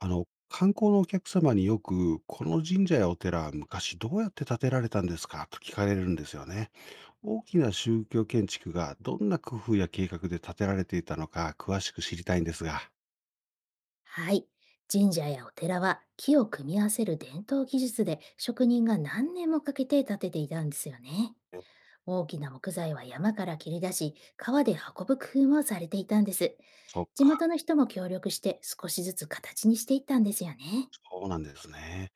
観光のお客様によく、この神社やお寺は昔どうやって建てられたんですかと聞かれるんですよね。大きな宗教建築がどんな工夫や計画で建てられていたのか詳しく知りたいんですが。はい。神社やお寺は木を組み合わせる伝統技術で、職人が何年もかけて建てていたんですよね。大きな木材は山から切り出し、川で運ぶ工夫もされていたんです。そっ地か。元の人も協力して、少しずつ形にしていったんですよね。そうなんですね。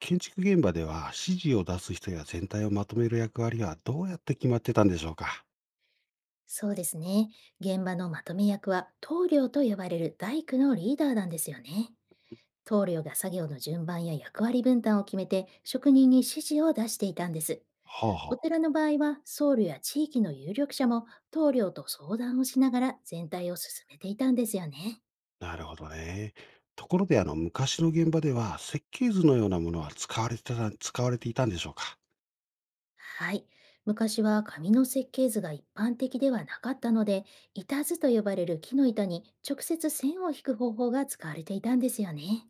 建築現場では指示を出す人や全体をまとめる役割はどうやって決まってたんでしょうか？そうですね。現場のまとめ役は、棟梁と呼ばれる大工のリーダーなんですよね。棟梁が作業の順番や役割分担を決めて、職人に指示を出していたんです。ほうほおう。寺の場合は、僧侶や地域の有力者も棟梁と相談をしながら、全体を進めていたんですよね。なるほどね。ところで昔の現場では設計図のようなものは使われてた、使われていたんでしょうか？はい。昔は紙の設計図が一般的ではなかったので、板図と呼ばれる木の板に直接線を引く方法が使われていたんですよね。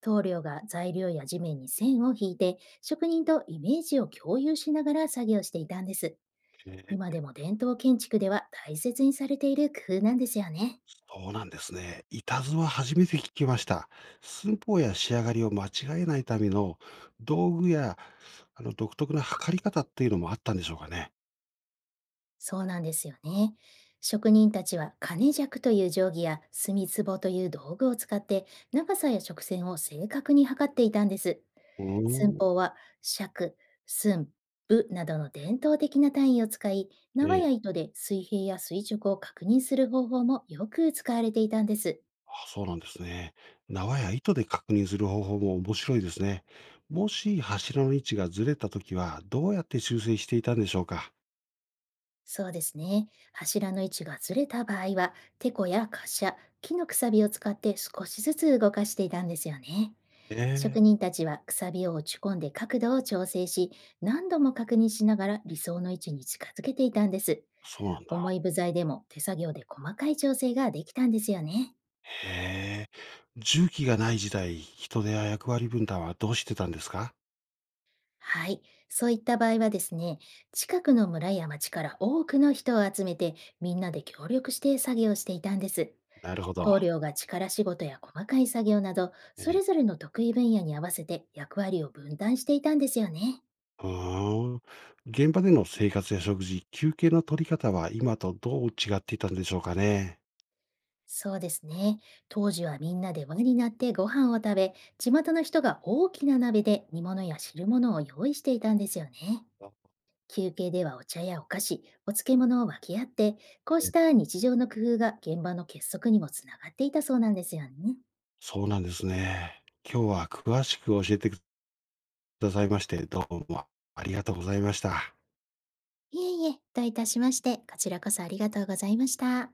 棟梁が材料や地面に線を引いて、職人とイメージを共有しながら作業していたんです。へえ。今でも伝統建築では大切にされている工夫なんですよね。そうなんですね。板図は初めて聞きました。寸法や仕上がりを間違えないための道具や、独特な測り方っていうのもあったんでしょうかね。そうなんですよね。職人たちは金尺という定規や墨壺という道具を使って、長さや直線を正確に測っていたんです。うー寸ん。法は尺、寸、部などの伝統的な単位を使い、え縄え。や糸で水平や垂直を確認する方法もよく使われていたんです。あ、そうなんですね。縄や糸で確認する方法も面白いですね。もし柱の位置がずれたときは、どうやって修正していたんでしょうか。そうですね。柱の位置がずれた場合は、テコや滑車、木のくさびを使って少しずつ動かしていたんですよね。ええ。職人たちはくさびを落ち込んで角度を調整し、何度も確認しながら理想の位置に近づけていたんです。そうなんだ。重い部材でも手作業で細かい調整ができたんですよね。へえ。重機がない時代、人手や役割分担はどうしてたんですか？はい。そういった場合はですね、近くの村や町から多くの人を集めて、みんなで協力して作業していたんです。なるほど。棟梁が力仕事や細かい作業など、そええ。れぞれの得意分野に合わせて役割を分担していたんですよね。はあ。現場での生活や食事、休憩の取り方は今とどう違っていたんでしょうかね。そうですね。当時はみんなで輪になってご飯を食べ、地元の人が大きな鍋で煮物や汁物を用意していたんですよね。あ、休憩ではお茶やお菓子、お漬物を分け合って、こうえ、した日常の工夫が現場の結束にもつながっていたそうなんですよね。そうなんですね。今日は詳しく教えてくださいまして、どうもありがとうございました。いえいえ、どういたしまして、こちらこそありがとうございました。